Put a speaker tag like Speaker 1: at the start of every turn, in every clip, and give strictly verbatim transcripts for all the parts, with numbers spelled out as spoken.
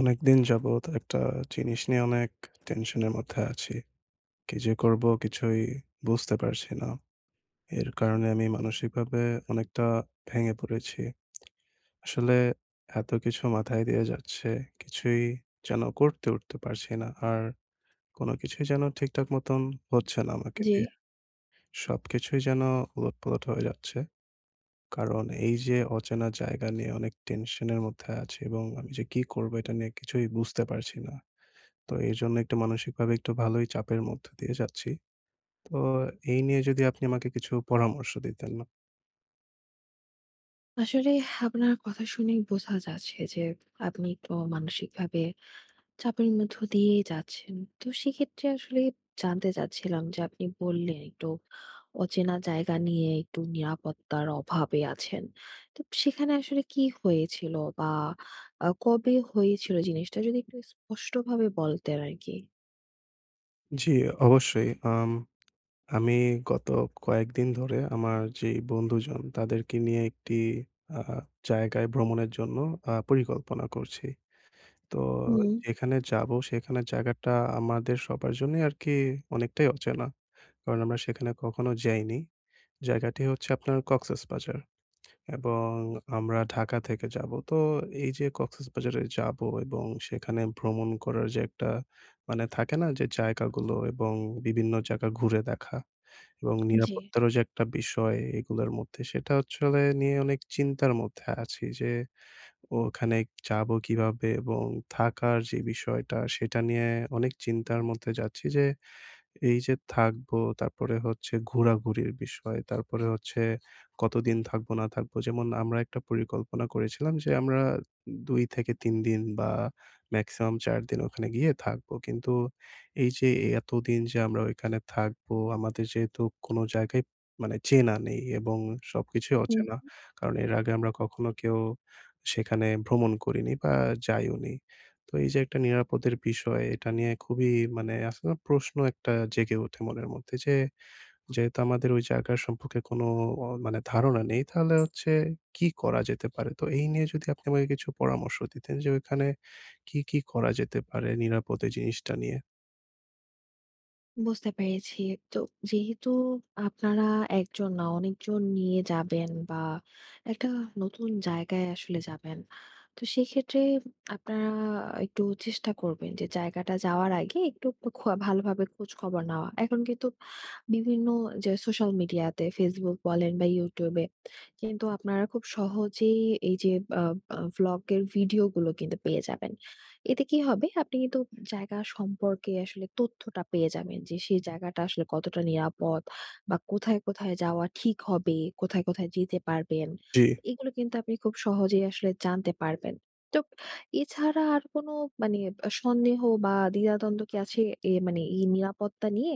Speaker 1: অনেকদিন যাবৎ একটা জিনিস নিয়ে অনেক টেনশনের মধ্যে আছি। কি যে করব কিছুই বুঝতে পারছি না। এর কারণে আমি মানসিকভাবে অনেকটা ভেঙে পড়েছি। আসলে এত কিছু মাথায় দিয়ে যাচ্ছে, কিছুই যেন করতে উঠতে পারছি না। আর কোনো কিছুই যেন ঠিকঠাক মতন হচ্ছে না আমাকে
Speaker 2: জি।
Speaker 1: দিয়ে। সবকিছুই যেন উলটপালট হয়ে যাচ্ছে। কারণ এই যে অচেনা জায়গা নিয়ে অনেক টেনশনের মধ্যে আছি এবং আমি যে কি করব এটা নিয়ে কিছুই বুঝতে পারছি না। তো এর জন্য একটু মানসিকভাবে একটু ভালোই চাপের মধ্য দিয়ে যাচ্ছি। তো এই নিয়ে যদি আপনি আমাকে কিছু পরামর্শ দিতেন। না।
Speaker 2: আসলে আপনার কথা শুনেই বোঝা যাচ্ছে যে আপনি একটু মানসিকভাবে চাপের মধ্য দিয়েই যাচ্ছেন। তো সেক্ষেত্রে আসলে জানতে চাচ্ছিলাম যে আপনি বললেন একটু অচেনা জায়গা নিয়ে একটু নিরাপত্তার অভাবে আছেন। তো সেখানে আসলে কি হয়েছিল বা আ কবে হয়েছিল জিনিসটা যদি একটু স্পষ্টভাবে বলতেন আরকি?
Speaker 1: জি, অবশ্যই। আম আমি গত কয়েকদিন ধরে আমার যেই বন্ধুজন তাদেরকে নিয়ে একটি আ জায়গায় ভ্রমণের জন্য আ পরিকল্পনা করছি। তো
Speaker 2: হুম,
Speaker 1: যেখানে যাবো সেখানের জায়গাটা আমাদের সবার জন্যই আরকি অনেকটাই অচেনা। কারণ আমরা সেখানে কখনো যাইনি। জায়গাটি হচ্ছে আপনার কক্সেস বাজার। এবং আমরা ঢাকা থেকে যাবো। তো এই যে কক্সবাজারে যাবো এবং সেখানে ভ্রমণ করার যে একটা মানে থাকে না যে জায়গাগুলো এবং বিভিন্ন জায়গা ঘুরে দেখা এবং
Speaker 2: জি।
Speaker 1: নিরাপত্তারও যে একটা বিষয় এগুলোর মধ্যে সেটা আসলে নিয়ে অনেক চিন্তার মধ্যে আছি যে ওখানে যাবো কিভাবে এবং থাকার যে বিষয়টা সেটা নিয়ে অনেক চিন্তার মধ্যে যাচ্ছি যে এই যে থাকবো, তারপরে হচ্ছে ঘোরাঘুরির বিষয়, তারপরে হচ্ছে কতদিন থাকবো না থাকবো। যেমন আমরা একটা পরিকল্পনা করেছিলাম যে আমরা দুই থেকে তিন দিন বা মেক্সিমাম চার দিন ওখানে গিয়ে থাকবো। কিন্তু এই যে এতদিন যে আমরা ওইখানে থাকবো, আমাদের যেহেতু কোনো জায়গায় মানে চেনা নেই এবং সবকিছুই অচেনা। কারণ এর আগে আমরা কখনো কেউ সেখানে ভ্রমণ করিনি বা যাইওনি। তো এই যে একটা নিরাপদের বিষয় এটা নিয়ে খুবই মানে আছে না প্রশ্ন একটা জেগে ওঠে মনের মধ্যে যে, যেহেতু আমাদের ওই জায়গা সম্পর্কে কোনো অ মানে ধারণা নেই তাহলে হচ্ছে কি করা যেতে পারে? তো এই নিয়ে যদি আপনি আমাকে কিছু পরামর্শ দিতেন যে ওইখানে কি, কি করা যেতে পারে নিরাপদে জিনিসটা নিয়ে?
Speaker 2: বুঝতে পেরেছি। তো যেহেতু আপনারা একজন না অনেকজন নিয়ে যাবেন বা একটা নতুন জায়গায় আসলে যাবেন। তো সেক্ষেত্রে আপনারা একটু চেষ্টা করবেন যে জায়গাটা যাওয়ার আগে একটু খোয়া ভালোভাবে খোঁজখবর নেওয়া। এখন কিন্তু বিভিন্ন যে সোশ্যাল মিডিয়াতে Facebook বলেন বা YouTube এ কিন্তু আপনারা খুব সহজেই এই যে আ আ ভ্লগের ভিডিওগুলো কিন্তু পেয়ে যাবেন। এতে কি হবে? আপনি কিন্তু জায়গা সম্পর্কে আসলে তথ্যটা পেয়ে যাবেন যে সেই জায়গাটা আসলে কতটা নিরাপদ বা কোথায়, কোথায় যাওয়া ঠিক হবে, কোথায়, কোথায় যেতে পারবেন।
Speaker 1: জি।
Speaker 2: এগুলো কিন্তু আপনি খুব সহজেই আসলে জানতে পারবেন। তো এছাড়া আর কোনো মানে আ সন্দেহ বা দ্বিধাদ্বন্দ্ব কি আছে এ মানে এই নিরাপত্তা নিয়ে?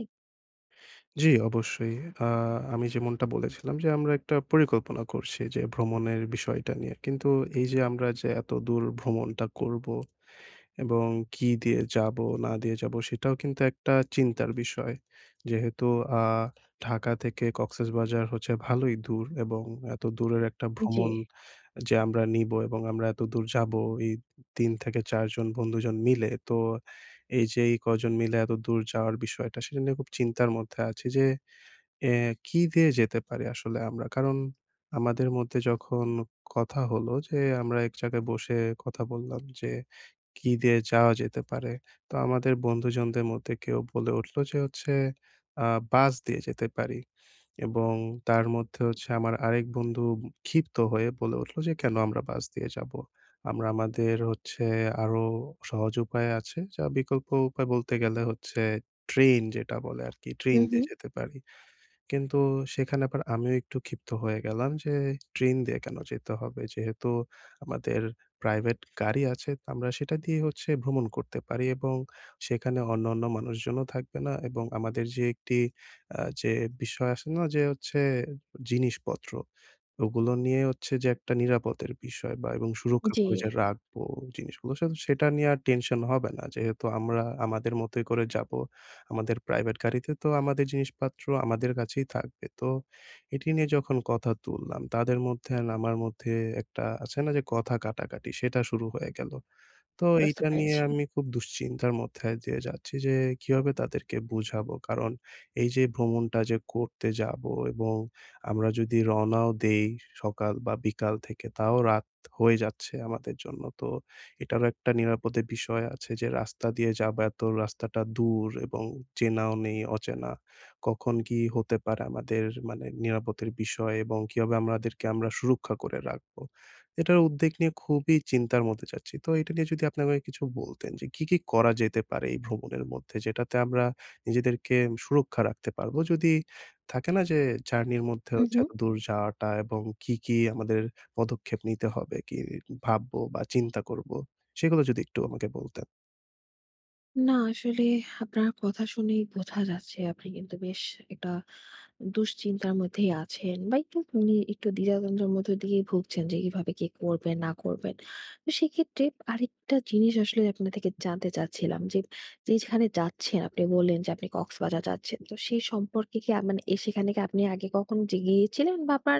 Speaker 1: জি, অবশ্যই। আ আমি যেমনটা বলেছিলাম যে আমরা একটা পরিকল্পনা করছি যে ভ্রমণের বিষয়টা নিয়ে। কিন্তু এই যে আমরা যে এত দূর ভ্রমণটা করব এবং কি দিয়ে যাবো, না দিয়ে যাবো সেটাও কিন্তু একটা চিন্তার বিষয়। যেহেতু আ ঢাকা থেকে কক্সেসবাজার হচ্ছে ভালোই দূর এবং এত দূরের একটা
Speaker 2: জি।
Speaker 1: ভ্রমণ যে আমরা নিবো এবং আমরা এত দূর যাবো এই তিন থেকে চার জন বন্ধুজন মিলে। তো এই যে এই কজন মিলে এত দূর যাওয়ার বিষয়টা সেটা নিয়ে খুব চিন্তার মধ্যে আছি যে এ কি দিয়ে যেতে পারি আসলে আমরা? কারণ আমাদের মধ্যে যখন কথা হলো যে আমরা এক জায়গায় বসে কথা বললাম যে কি দিয়ে যাওয়া যেতে পারে? তো আমাদের বন্ধুজনদের মধ্যে কেউ বলে উঠল যে হচ্ছে আ বাস দিয়ে যেতে পারি। এবং তার মধ্যে হচ্ছে আমার আরেক বন্ধু ক্ষিপ্ত হয়ে বলে উঠল যে, "কেন আমরা বাস দিয়ে যাবো? আমরা আমাদের হচ্ছে আরো সহজ উপায় আছে।" যা বিকল্প উপায় বলতে গেলে হচ্ছে ট্রেন যেটা বলে আরকি,
Speaker 2: হু,
Speaker 1: ট্রেন
Speaker 2: হু।
Speaker 1: দিয়ে যেতে পারি। কিন্তু সেখানে আবার আমিও একটু ক্ষিপ্ত হয়ে গেলাম যে ট্রেন দিয়ে কেন যেতে হবে? যেহেতু আমাদের প্রাইভেট গাড়ি আছে আমরা সেটা দিয়ে হচ্ছে ভ্রমণ করতে পারি এবং সেখানে অন্যান্য মানুষজনও থাকবে না এবং আমাদের যে একটি আ যে বিষয় আসে না যে হচ্ছে জিনিসপত্র ওগুলো নিয়ে হচ্ছে যে একটা নিরাপদের বিষয় বা এবং সুরক্ষা
Speaker 2: জি,
Speaker 1: করে যে রাখবো জিনিসগুলো সে সেটা নিয়ে আর টেনশন হবে না। যেহেতু আমরা আমাদের মতোই করে যাবো। আমাদের প্রাইভেট গাড়িতে তো আমাদের জিনিসপত্র আমাদের কাছেই থাকবে। তো এটি নিয়ে যখন কথা তুললাম তাদের মধ্যে আর আমার মধ্যে একটা আছে না যে কথা কাটাকাটি সেটা শুরু হয়ে গেল। তো
Speaker 2: বুঝতে
Speaker 1: এইটা নিয়ে
Speaker 2: পেরেছি।
Speaker 1: আমি খুব দুশ্চিন্তার মধ্যে দিয়ে যাচ্ছি যে কিভাবে তাদেরকে বুঝাবো। কারণ এই যে ভ্রমণটা যে করতে যাবো এবং আমরা যদি রওনাও দেই সকাল বা বিকাল থেকে তাও রাত হয়ে যাচ্ছে আমাদের জন্য। তো এটারও একটা নিরাপদে বিষয় আছে যে রাস্তা দিয়ে যাবো এত রাস্তাটা দূর এবং চেনাও নেই অচেনা। কখন কি হতে পারে আমাদের মানে নিরাপত্তার বিষয় এবং কিভাবে আমাদেরকে আমরা সুরক্ষা করে রাখবো। এটার উদ্বেগ নিয়ে খুবই চিন্তার মধ্যে যাচ্ছি। তো এটা নিয়ে যদি আপনি আমাকে কিছু বলতেন যে কি, কি করা যেতে পারে এই ভ্রমণের মধ্যে যেটাতে আমরা নিজেদেরকে সুরক্ষা রাখতে পারবো? যদি থাকে না যে জার্নির মধ্যে
Speaker 2: হু,
Speaker 1: হচ্ছে
Speaker 2: হু।
Speaker 1: এত দূর যাওয়াটা এবং কি, কি আমাদের পদক্ষেপ নিতে হবে, কি ভাববো বা চিন্তা করবো? সেগুলো যদি একটু আমাকে বলতেন।
Speaker 2: না আসলে আপনার কথা শুনেই বোঝা যাচ্ছে আপনি কিন্তু বেশ একটা দুশ্চিন্তার মধ্যেই আছেন বা একটু উনি একটু দ্বিধাদ্বন্দ্বের মধ্যে দিয়ে ভুগছেন যে কিভাবে কি করবেন না করবেন। তো সেক্ষেত্রে আরেকটা জিনিস আসলে আপনার থেকে জানতে চাচ্ছিলাম যে যেখানে যাচ্ছেন আপনি বললেন যে আপনি কক্সবাজার যাচ্ছেন, তো সেই সম্পর্কে কি আ- মানে এ সেখানে কি আপনি আগে কখনো যে গিয়েছিলেন বা আপনার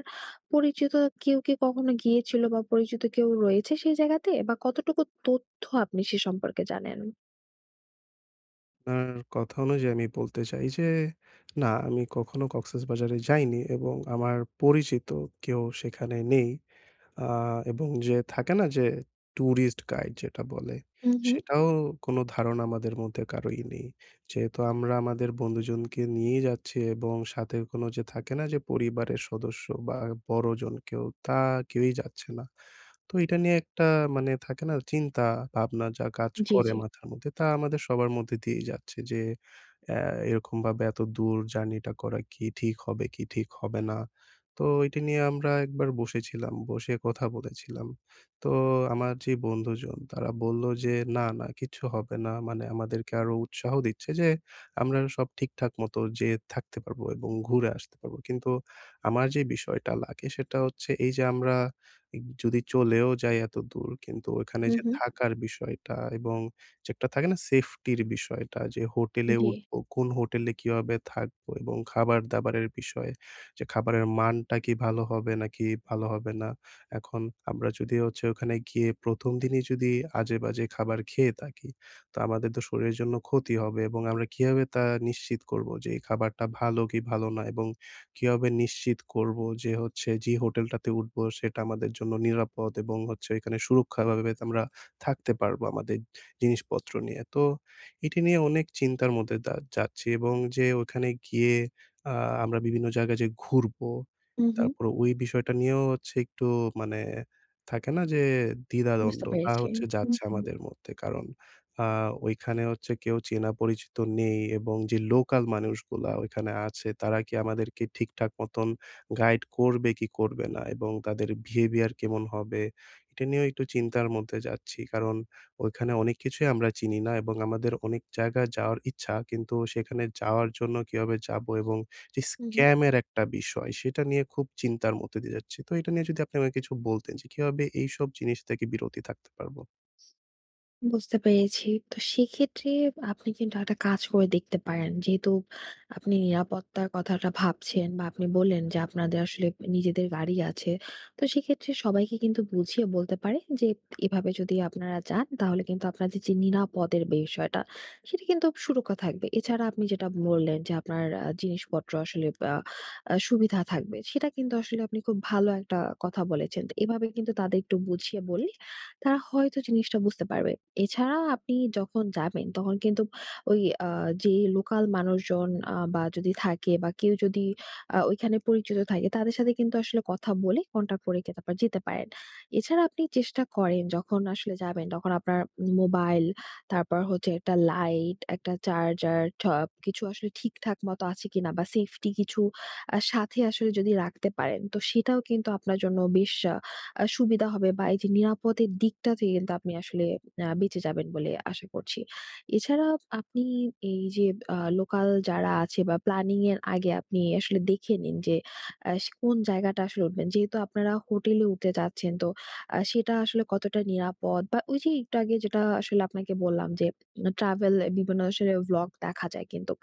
Speaker 2: পরিচিত কেউ কি কখনো গিয়েছিল বা পরিচিত কেউ রয়েছে সেই জায়গাতে বা কতটুকু তথ্য আপনি সে সম্পর্কে জানেন?
Speaker 1: আপনার কথা অনুযায়ী আমি বলতে চাই যে না আমি কখনো কক্সেসবাজারে যাইনি এবং আমার পরিচিত কেউ সেখানে নেই। আ এবং যে থাকে না যে টুরিস্ট গাইড যেটা বলে,
Speaker 2: হুম, হুম।
Speaker 1: সেটাও কোনো ধারণা আমাদের মধ্যে কারোই নেই। যেহেতু আমরা আমাদের বন্ধুজনকে নিয়েই যাচ্ছি এবং সাথে কোনো যে থাকে না যে পরিবারের সদস্য বা বড়জন কেউ, তা কেউই যাচ্ছে না। তো এটা নিয়ে একটা মানে থাকে না চিন্তা ভাবনা যা কাজ
Speaker 2: জি,
Speaker 1: করে
Speaker 2: জি।
Speaker 1: মাথার মধ্যে, তা আমাদের সবার মধ্যে দিয়েই যাচ্ছে যে অ্যা এরকমভাবে এত দূর জার্নিটা করা কি ঠিক হবে কি ঠিক হবে না? তো এটা নিয়ে আমরা একবার বসেছিলাম, বসে কথা বলেছিলাম। তো আমার যে বন্ধুজন তারা বলল যে, "না, না কিচ্ছু হবে না।" মানে আমাদেরকে আরো উৎসাহ দিচ্ছে যে, আমরা সব ঠিকঠাক মতো যেয়ে থাকতে পারবো এবং ঘুরে আসতে পারবো। কিন্তু আমার যে বিষয়টা লাগে সেটা হচ্ছে এই যে আমরা যদি চলেও যাই এত দূর কিন্তু ওখানে
Speaker 2: হু,
Speaker 1: যে
Speaker 2: হু।
Speaker 1: থাকার বিষয়টা এবং যে একটা থাকে না সেফটির বিষয়টা যে হোটেলে
Speaker 2: জি।
Speaker 1: উঠবো, কোন হোটেলে কিভাবে থাকবো এবং খাবার-দাবারের বিষয় যে খাবারের মানটা কি ভালো হবে নাকি ভালো হবে না। এখন আমরা যদি হচ্ছে ওখানে গিয়ে প্রথম দিনই যদি আজেবাজে খাবার খেয়ে থাকি, তো আমাদের তো শরীরের জন্য ক্ষতি হবে এবং আমরা কিভাবে তা নিশ্চিত করবো যে এই খাবারটা ভালো কি ভালো না এবং কিভাবে নিশ্চিত করবো যে হচ্ছে যে হোটেলটাতে উঠবো সেটা আমাদের জন্য নিরাপদ এবং হচ্ছে এখানে সুরক্ষাভাবে আমরা থাকতে পারবো আমাদের জিনিসপত্র নিয়ে। তো এটি নিয়ে অনেক চিন্তার মধ্যে দা যাচ্ছি এবং যে ওখানে গিয়ে আ আমরা বিভিন্ন জায়গায় যে ঘুরবো,
Speaker 2: হু, হু।
Speaker 1: তারপরে ওই বিষয়টা নিয়েও হচ্ছে একটু মানে থাকে না যে
Speaker 2: বুঝতে
Speaker 1: দ্বিধাদ্বন্দ্ব তা
Speaker 2: পেরেছি।
Speaker 1: হচ্ছে
Speaker 2: হু,
Speaker 1: যাচ্ছে
Speaker 2: হু।
Speaker 1: আমাদের মধ্যে। কারণ আ ওইখানে হচ্ছে কেউ চেনা পরিচিত নেই এবং যে লোকাল মানুষগুলা ওইখানে আছে তারা কি আমাদেরকে ঠিকঠাক মতন গাইড করবে কি করবে না এবং তাদের বিহেভিয়ার কেমন হবে? এটা নিয়েও একটু চিন্তার মধ্যে যাচ্ছি। কারণ ওইখানে অনেক কিছুই আমরা চিনি না এবং আমাদের অনেক জায়গায় যাওয়ার ইচ্ছা কিন্তু সেখানে যাওয়ার জন্য কিভাবে যাবো এবং যে
Speaker 2: হু,
Speaker 1: স্ক্যামের একটা বিষয়, সেটা নিয়ে খুব চিন্তার মধ্যে দিয়ে যাচ্ছি। তো এটা নিয়ে যদি আপনি আমাকে কিছু বলতেন যে কিভাবে এইসব জিনিস থেকে বিরতি থাকতে পারবো?
Speaker 2: বুঝতে পেরেছি। তো সেক্ষেত্রে আপনি কিন্তু একটা কাজ করে দেখতে পারেন। যেহেতু আপনি নিরাপত্তার কথাটা ভাবছেন বা আপনি বললেন যে আপনাদের আসলে নিজেদের গাড়ি আছে। তো সেক্ষেত্রে সবাইকে কিন্তু বুঝিয়ে বলতে পারেন যে এভাবে যদি আপনারা যান তাহলে কিন্তু আপনাদের যে নিরাপদের বিষয়টা সেটা কিন্তু সুরক্ষা থাকবে। এছাড়া আপনি যেটা বললেন যে আপনার আ জিনিসপত্র আসলে আ আ সুবিধা থাকবে। সেটা কিন্তু আসলে আপনি খুব ভালো একটা কথা বলেছেন। তো এভাবে কিন্তু তাদের একটু বুঝিয়ে বললে তারা হয়তো জিনিসটা বুঝতে পারবে। এছাড়া আপনি যখন যাবেন তখন কিন্তু ওই আ যে লোকাল মানুষজন আ বা যদি থাকে বা কেউ যদি আ ওইখানে পরিচিত থাকে তাদের সাথে কিন্তু আসলে কথা বলে কনট্যাক্ট করে কে তারপর যেতে পারেন। এছাড়া আপনি চেষ্টা করেন যখন আসলে যাবেন তখন আপনার মোবাইল, তারপর হচ্ছে একটা লাইট, একটা চার্জার সবকিছু আসলে ঠিকঠাক মতো আছে কিনা বা সেফটি কিছু আ সাথে আসলে যদি রাখতে পারেন তো সেটাও কিন্তু আপনার জন্য বেশ আ আ সুবিধা হবে, বা এই যে নিরাপদের দিকটা থেকে কিন্তু আপনি আসলে আ বেঁচে যাবেন বলে আশা করছি। এছাড়া আপনি এই যে আ লোকাল যারা আছে বা প্ল্যানিং এর আগে আপনি আসলে দেখে নিন যে আ সে কোন জায়গাটা আসলে উঠবেন। যেহেতু আপনারা হোটেলে উঠতে চাচ্ছেন তো আ সেটা আসলে কতটা নিরাপদ, বা ওই যে একটু আগে যেটা আসলে আপনাকে বললাম যে ট্রাভেল বিভিন্ন আসলে ভ্লগ দেখা যায় কিন্তু,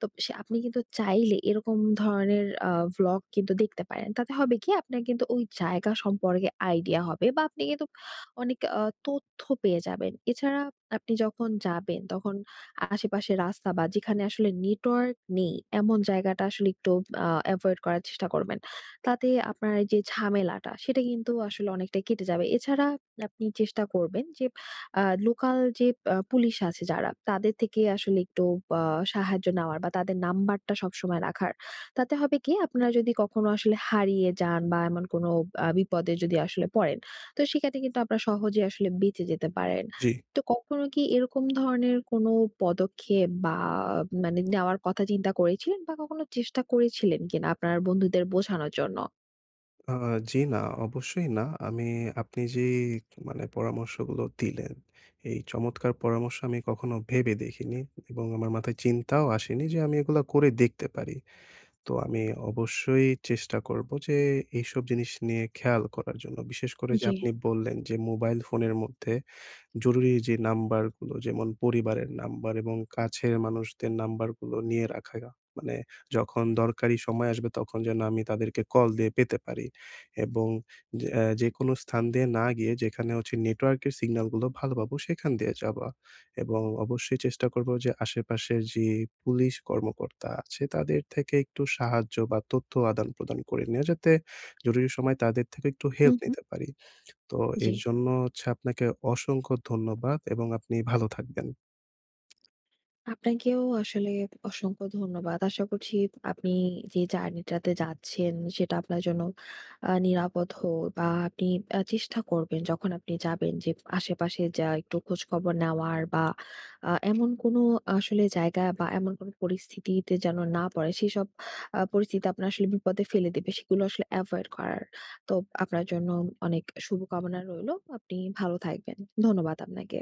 Speaker 2: তো সে আপনি কিন্তু চাইলে এরকম ধরনের আ ভ্লগ কিন্তু দেখতে পারেন। তাতে হবে কি? আপনার কিন্তু ওই জায়গা সম্পর্কে আইডিয়া হবে বা আপনি কিন্তু অনেক আ তথ্য পেয়ে যাবেন। এছাড়া আপনি যখন যাবেন তখন আশেপাশে রাস্তা বা যেখানে আসলে নেটওয়ার্ক নেই এমন জায়গাটা আসলে একটু আ এভয়েড করার চেষ্টা করবেন। তাতে আপনার এই যে ঝামেলাটা সেটা কিন্তু আসলে অনেকটাই কেটে যাবে। এছাড়া আপনি চেষ্টা করবেন যে আ লোকাল যে আ পুলিশ আছে যারা, তাদের থেকে আসলে একটু আ সাহায্য নেওয়ার বা তাদের নাম্বারটা সবসময় রাখার। তাতে হবে কি, আপনারা যদি কখনো আসলে হারিয়ে যান বা এমন কোনো আ বিপদে যদি আসলে পড়েন, তো সেখানে কিন্তু আপনারা সহজেই আসলে বেঁচে যেতে পারেন।
Speaker 1: জি।
Speaker 2: তো কখনো কি এরকম ধরনের কোনো পদক্ষেপ বা মানে নেওয়ার কথা চিন্তা করেছিলেন বা কখনো চেষ্টা করেছিলেন কিনা আপনার বন্ধুদের বোঝানোর জন্য?
Speaker 1: আ জি না, অবশ্যই না। আমি আপনি যে মানে পরামর্শগুলো দিলেন, এই চমৎকার পরামর্শ আমি কখনো ভেবে দেখিনি এবং আমার মাথায় চিন্তাও আসেনি যে আমি এগুলা করে দেখতে পারি। তো আমি অবশ্যই চেষ্টা করব যে এইসব জিনিস নিয়ে খেয়াল করার জন্য। বিশেষ করে যে
Speaker 2: জি।
Speaker 1: আপনি বললেন যে মোবাইল ফোনের মধ্যে জরুরি যে নাম্বারগুলো যেমন পরিবারের নাম্বার এবং কাছের মানুষদের নাম্বারগুলো নিয়ে রাখা। মানে যখন দরকারি সময় আসবে তখন যেন আমি তাদেরকে কল দিয়ে পেতে পারি এবং যে অ্যা যেকোনো স্থান দিয়ে না গিয়ে যেখানে হচ্ছে নেটওয়ার্কের সিগন্যালগুলো ভালো পাবো সেখান দিয়ে যাওয়া এবং অবশ্যই চেষ্টা করব যে আশেপাশের যে পুলিশ কর্মকর্তা আছে তাদের থেকে একটু সাহায্য বা তথ্য আদান-প্রদান করে নেওয়া যাতে জরুরি সময় তাদের থেকে একটু
Speaker 2: হুম,
Speaker 1: হেল্প
Speaker 2: হুম।
Speaker 1: নিতে পারি। তো
Speaker 2: জি।
Speaker 1: এর জন্য হচ্ছে আপনাকে অসংখ্য ধন্যবাদ এবং আপনি ভালো থাকবেন।
Speaker 2: আপনাকেও আসলে অসংখ্য ধন্যবাদ। আশা করছি আপনি যে জার্নিটাতে যাচ্ছেন সেটা আপনার জন্য আ নিরাপদ হোক, বা আপনি আ চেষ্টা করবেন যখন আপনি যাবেন যে আশেপাশে যা একটু খোঁজখবর নেওয়ার বা আ এমন কোনো আসলে জায়গা বা এমন কোনো পরিস্থিতিতে যেন না পড়ে সেসব আ পরিস্থিতি আপনার আসলে বিপদে ফেলে দেবে সেগুলো আসলে এভয়েড করার। তো আপনার জন্য অনেক শুভকামনা রইলো। আপনি ভালো থাকবেন। ধন্যবাদ আপনাকে।